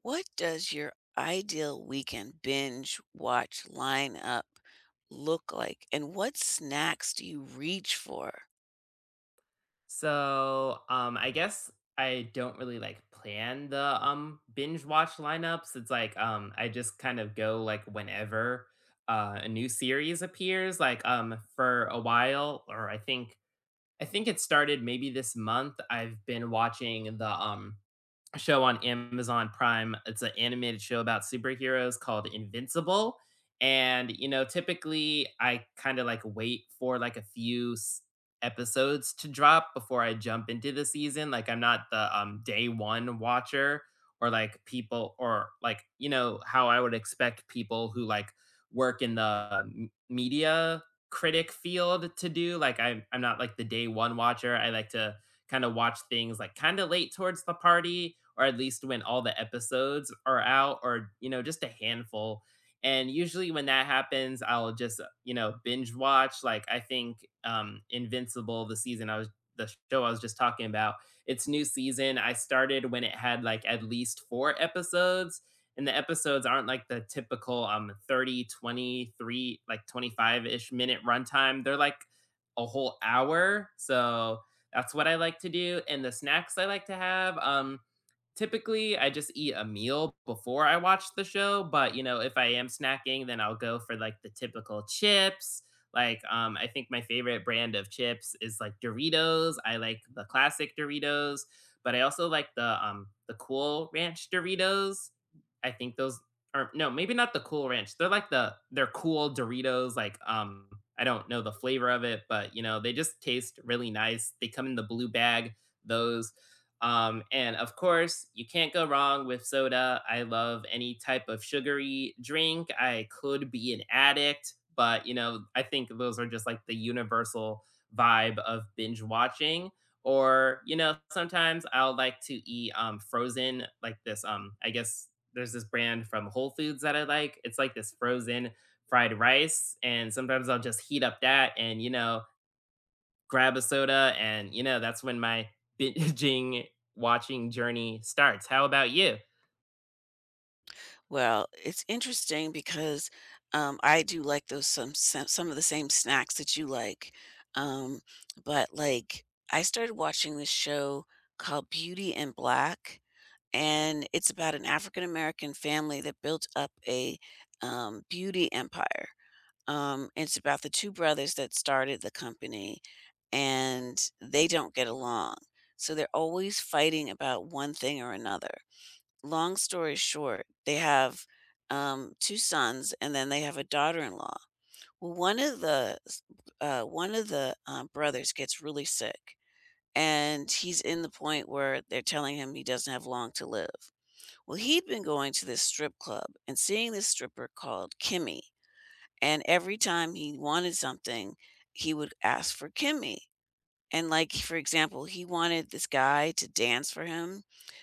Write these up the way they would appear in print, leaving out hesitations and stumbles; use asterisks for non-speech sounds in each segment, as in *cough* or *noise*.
What does your ideal weekend binge watch lineup look like, and what snacks do you reach for? I guess I don't really like plan the binge watch lineups. It's like I just kind of go like whenever a new series appears. Like for a while, or I think it started maybe this month. I've been watching the show on Amazon Prime. It's an animated show about superheroes called Invincible. And, you know, typically I kind of like wait for like a few episodes to drop before I jump into the season. Like I'm not the day one watcher or like people or like, you know, how I would expect people who like work in the media critic field to do. Like I'm not like the day one watcher. I like to kind of watch things like kind of late towards the party, or at least when all the episodes are out, or you know just a handful. And usually when that happens, I'll just, you know, binge watch. Like I think Invincible, the season I was the show I was just talking about, its new season, I started when it had like at least four episodes. And the episodes aren't like the typical 30, 23, like 25 ish minute runtime. They're like a whole hour. So that's what I like to do. And the snacks I like to have. Typically I just eat a meal before I watch the show, but you know, if I am snacking, then I'll go for like the typical chips. Like I think my favorite brand of chips is like Doritos. I like the classic Doritos, but I also like the cool ranch Doritos. I think those are no, maybe not the cool ranch. They're like they're cool Doritos like I don't know the flavor of it, but you know, they just taste really nice. They come in the blue bag. Those and of course, you can't go wrong with soda. I love any type of sugary drink. I could be an addict, but you know, I think those are just like the universal vibe of binge watching. Or, you know, sometimes I'll like to eat frozen, like this. I guess there's this brand from Whole Foods that I like. It's like this frozen fried rice. And sometimes I'll just heat up that and you know, grab a soda, and you know, that's when my binging watching journey starts. How about you? Well, it's interesting because, I do like those some of the same snacks that you like. um, but, like, I started watching this show called Beauty in Black, and it's about an African American family that built up a, beauty empire. It's about the 2 brothers that started the company, and they don't get along. So they're always fighting about one thing or another. Long story short, they have, 2 sons, and then they have a daughter-in-law. Well, one of the, brothers gets really sick, and he's in the point where they're telling him he doesn't have long to live. Well, he'd been going to this strip club and seeing this stripper called Kimmy. And every time he wanted something, he would ask for Kimmy. And like for example, he wanted this guy to dance for him,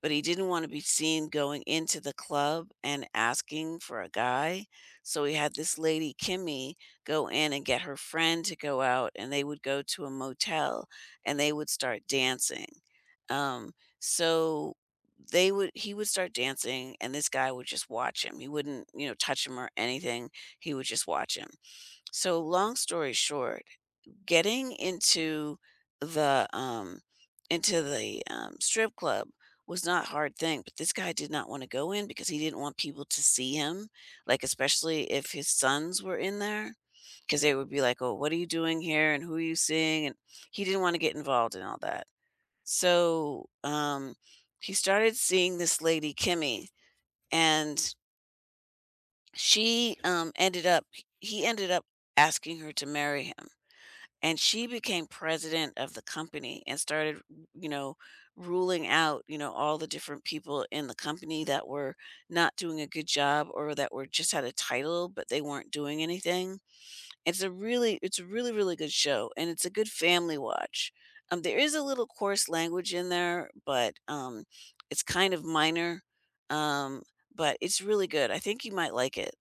but he didn't want to be seen going into the club and asking for a guy. So he had this lady Kimmy go in and get her friend to go out, and they would go to a motel and they would start dancing. Um so they would he would start dancing and this guy would just watch him. He wouldn't, you know, touch him or anything. He would just watch him. So long story short, getting the um into the strip club was not a hard thing, but this guy did not want to go in because he didn't want people to see him, like especially if his sons were in there, because they would be like, "Oh, what are you doing here? And who are you seeing?" And he didn't want to get involved in all that. So he started seeing this lady Kimmy, and she ended up he ended up asking her to marry him, and she became president of the company and started, you know, ruling out, you know, all the different people in the company that were not doing a good job, or that were just had a title but they weren't doing anything. It's a really it's a really really good show, and it's a good family watch. Um, there is a little coarse language in there, but it's kind of minor. Um, but it's really good, I think you might like it.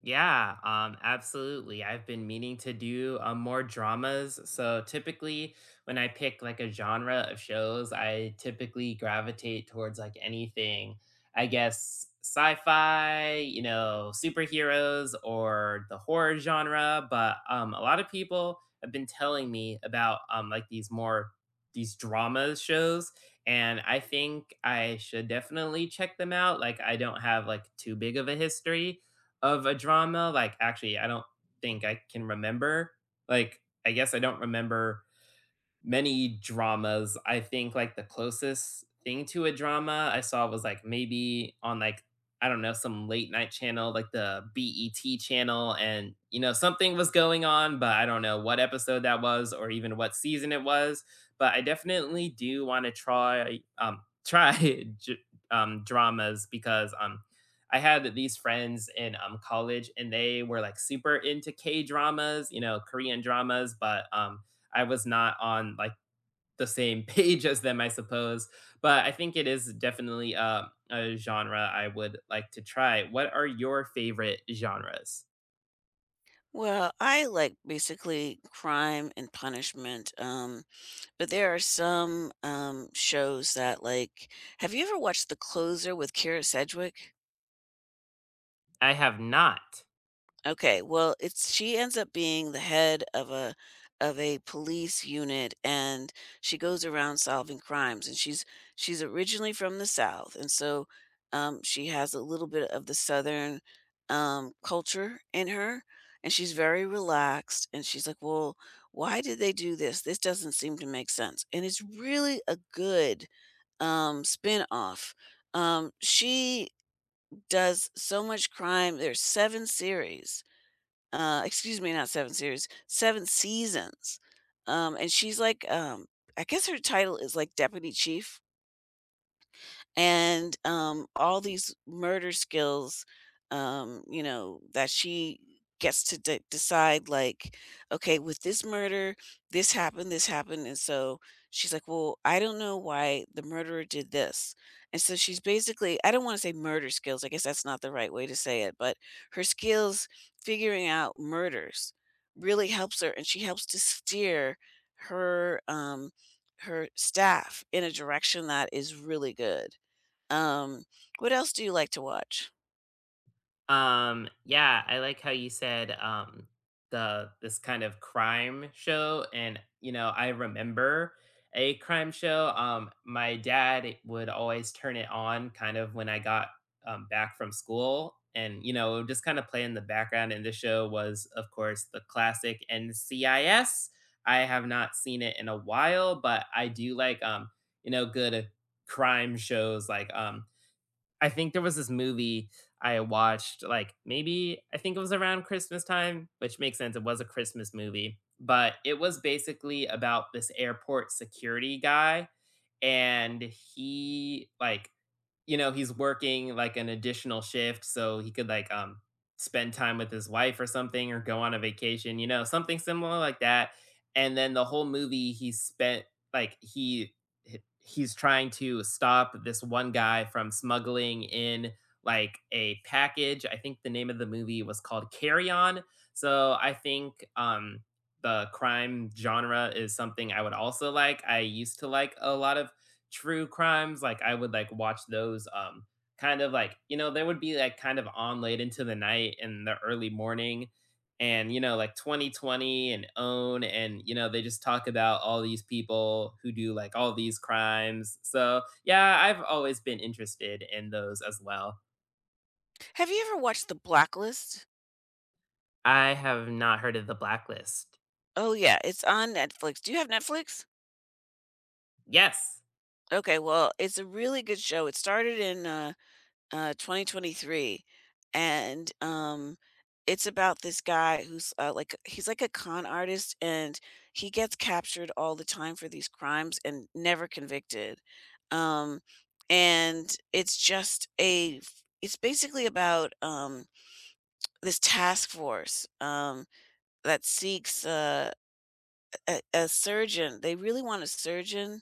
Yeah, absolutely. I've been meaning to do more dramas. So typically, when I pick like a genre of shows, I typically gravitate towards like anything, I guess, sci fi, you know, superheroes, or the horror genre. But a lot of people have been telling me about like these drama shows, and I think I should definitely check them out. Like I don't have like too big of a history of a drama, like, actually, I don't think I can remember. Like, I guess I don't remember many dramas. I think like the closest thing to a drama I saw was like maybe on like I don't know some late night channel like the BET channel, and you know something was going on, but I don't know what episode that was or even what season it was. But I definitely do want to try try *laughs* j- dramas because I had these friends in college and they were like super into K dramas, you know, Korean dramas, but I was not on like the same *laughs* page as them, I suppose. But I think it is definitely a genre I would like to try. What are your favorite genres? Well, I like basically crime and punishment. But there are some, shows that, like, have you ever watched The Closer with Kira Sedgwick? I have not. Okay, well, it's she ends up being the head of a police unit, and she goes around solving crimes, and she's originally from the South, and so she has a little bit of the Southern culture in her. And she's very relaxed, and she's like, well, why did they do this? This doesn't seem to make sense. And it's really a good spin off. She does so much crime. There's seven series, excuse me, not seven series, seven seasons. Um, and she's like, um, I guess her title is like deputy chief, and all these murder skills, you know, that she gets to decide, like, okay, with this murder, this happened, this happened, and so she's like, well, I don't know why the murderer did this. And so she's basically, I don't want to say murder skills, I guess that's not the right way to say it, but her skills figuring out murders really helps her, and she helps to steer her um her staff in a direction that is really good. Um, what else do you like to watch? Yeah, I like how you said, the this kind of crime show, and, you know, I remember a crime show, my dad would always turn it on kind of when I got, back from school, and, you know, it would just kinda play in the background, and the show was, of course, the classic NCIS. I S. I have not seen it in a while, but I do like, you know, good crime shows like, I think there was this movie I watched, like maybe I think it was around Christmas time, which makes sense. It was a Christmas movie, but it was basically about this airport security guy, and he like you know, he's working like an additional shift so he could like spend time with his wife or something or go on a vacation, you know, something similar like that. And then the whole movie he spent like he's trying to stop this one guy from smuggling in like a package. I think the name of the movie was called Carry On. So I think the crime genre is something I would also like. I used to like a lot of true crimes, like, I would, like, watch those, kind of like you know, they would be, like, kind of on late into the night and the early morning, and, you know, like, 20/20 and OWN, and, you know, they just talk about all these people who do, like, all these crimes, so, yeah, I've always been interested in those as well. Have you ever watched The Blacklist? I have not heard of The Blacklist. Oh, yeah, it's on Netflix. Do you have Netflix? Yes! Okay, well, it's a really good show. It started in 2023, and it's about this guy who's like he's like a con artist, and he gets captured all the time for these crimes and never convicted. Um, and it's just a It's basically about, this task force that seeks a a surgeon. They really want a surgeon,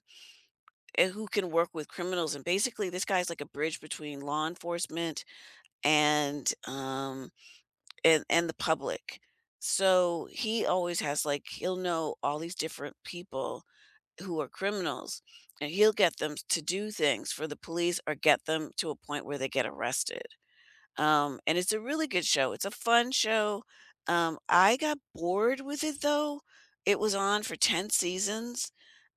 eh, who can work with criminals. And basically, this guy's like a bridge between law enforcement and, um, and the public. So, he always has, like, he'll know all these different people who are criminals, and he'll get them to do things for the police, or get them to a point where they get arrested. And it's a really good show. It's a fun show. I got bored with it though. It was on for 10 seasons.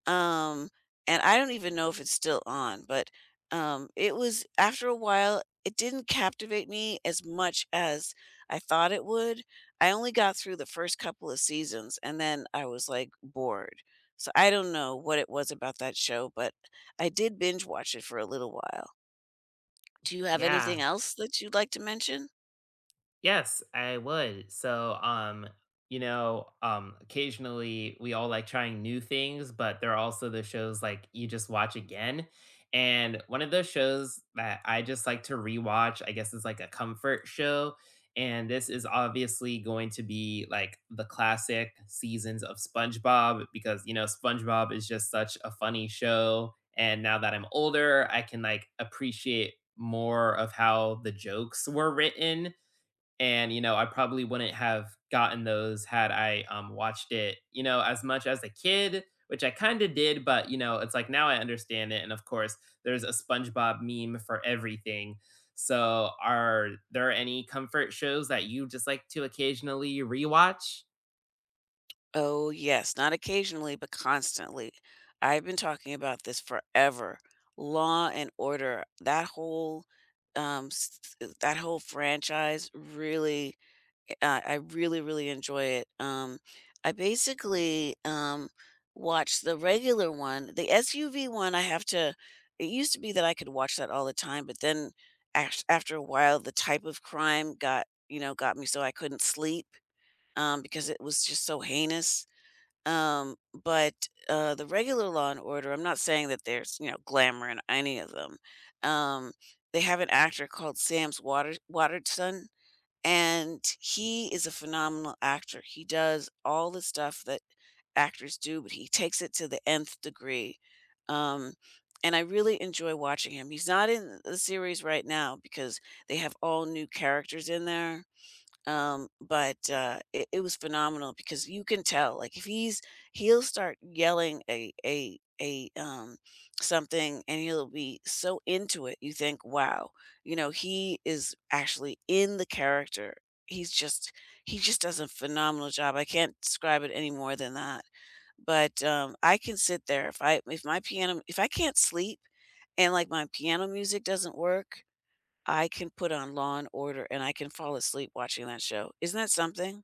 Um, and I don't even know if it's still on, but it was, after a while, it didn't captivate me as much as I thought it would. I only got through the first couple of seasons and then I was like bored. So I don't know what it was about that show, but I did binge watch it for a little while. Do you have Yeah. anything else that you'd like to mention? Yes, I would. So, occasionally we all like trying new things, but there are also the shows like you just watch again. And one of those shows that I just like to rewatch, I guess, is like a comfort show. And this is obviously going to be like the classic seasons of SpongeBob because, you know, SpongeBob is just such a funny show. And now that I'm older, I can like appreciate more of how the jokes were written, and you know I probably wouldn't have gotten those had I watched it, you know, as much as a kid, which I kind of did, but you know it's like now I understand it. And of course there's a SpongeBob meme for everything. So are there any comfort shows that you just like to occasionally rewatch? Oh, yes, not occasionally, but constantly. I've been talking about this forever. Law and Order, that whole that whole franchise, really, I really really enjoy it. I basically watch the regular one. The SUV one, I have to, it used to be that I could watch that all the time, but then, after a while, the type of crime got, you know, got me so I couldn't sleep, because it was just so heinous. Um, but, the regular Law& and Order, I'm not saying that there's, you know, glamour in any of them. Um, they have an actor called Sam's Water Waterston, and he is a phenomenal actor. He does all the stuff that actors do, but he takes it to the nth degree. Um, and I really enjoy watching him. He's not in the series right now because they have all new characters in there. But, it it was phenomenal, because you can tell, like, if he's he'll start yelling something, and he'll be so into it, you think, "Wow," you know, he is actually in the character. He's just he just does a phenomenal job. I can't describe it any more than that, but I can sit there, if I, if my piano, if I can't sleep and, like, my piano music doesn't work, I can put on Law& and Order, and I can fall asleep watching that show. Isn't that something?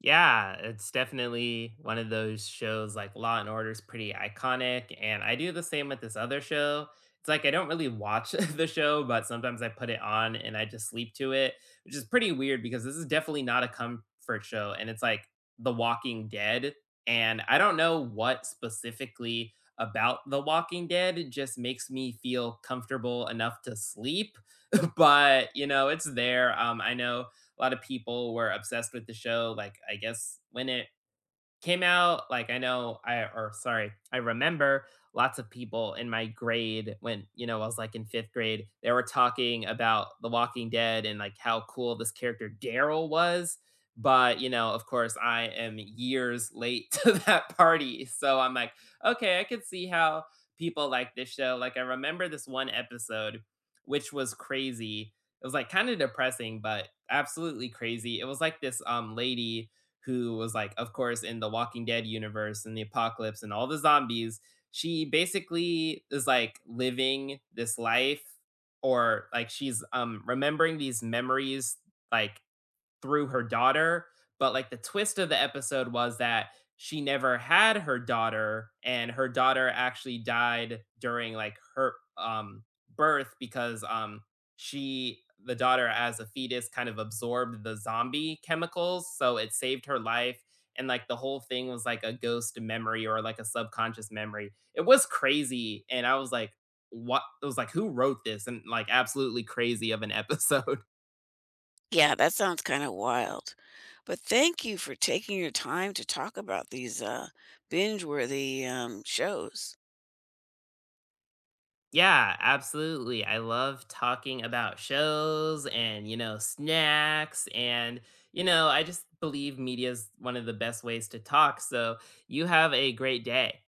Yeah, it's definitely one of those shows. Like Law and Order is pretty iconic, and I do the same with this other show. It's like I don't really watch *laughs* the show, but sometimes I put it on and I just sleep to it, which is pretty weird because this is definitely not a comfort show. And it's like The Walking Dead. And I don't know what specifically about The Walking Dead just makes me feel comfortable enough to sleep, *laughs* but you know, it's there. I know a lot of people were obsessed with the show. Like, I guess when it came out, like, I know I or sorry, I remember lots of people in my grade when, you know, I was, like, in 5th grade. They were talking about The Walking Dead and, like, how cool this character Daryl was, but, you know, of course, I am years late *laughs* to that party, so I'm like, "Okay, I could see how people like this show." Like, I remember this one episode, which was crazy. It was, like, kinda depressing, but absolutely crazy. It was, like, this, lady who was like, of course, in the Walking Dead universe and the apocalypse and all the zombies. She basically is like living this life, or like she's remembering these memories like through her daughter, but like the twist of the episode was that she never had her daughter, and her daughter actually died during like her birth because she the daughter as a fetus kind of absorbed the zombie chemicals, so it saved her life. And like the whole thing was like a ghost memory or like a subconscious memory. It was crazy and I was like, what, it was like who wrote this, and like absolutely crazy of an episode. *laughs* Yeah, that sounds kinda wild. But thank you for taking your time to talk about these, binge-worthy, shows. Yeah, absolutely. I love talking about shows and, you know, snacks. And, you know, I just believe media is one of the best ways to talk. So you have a great day.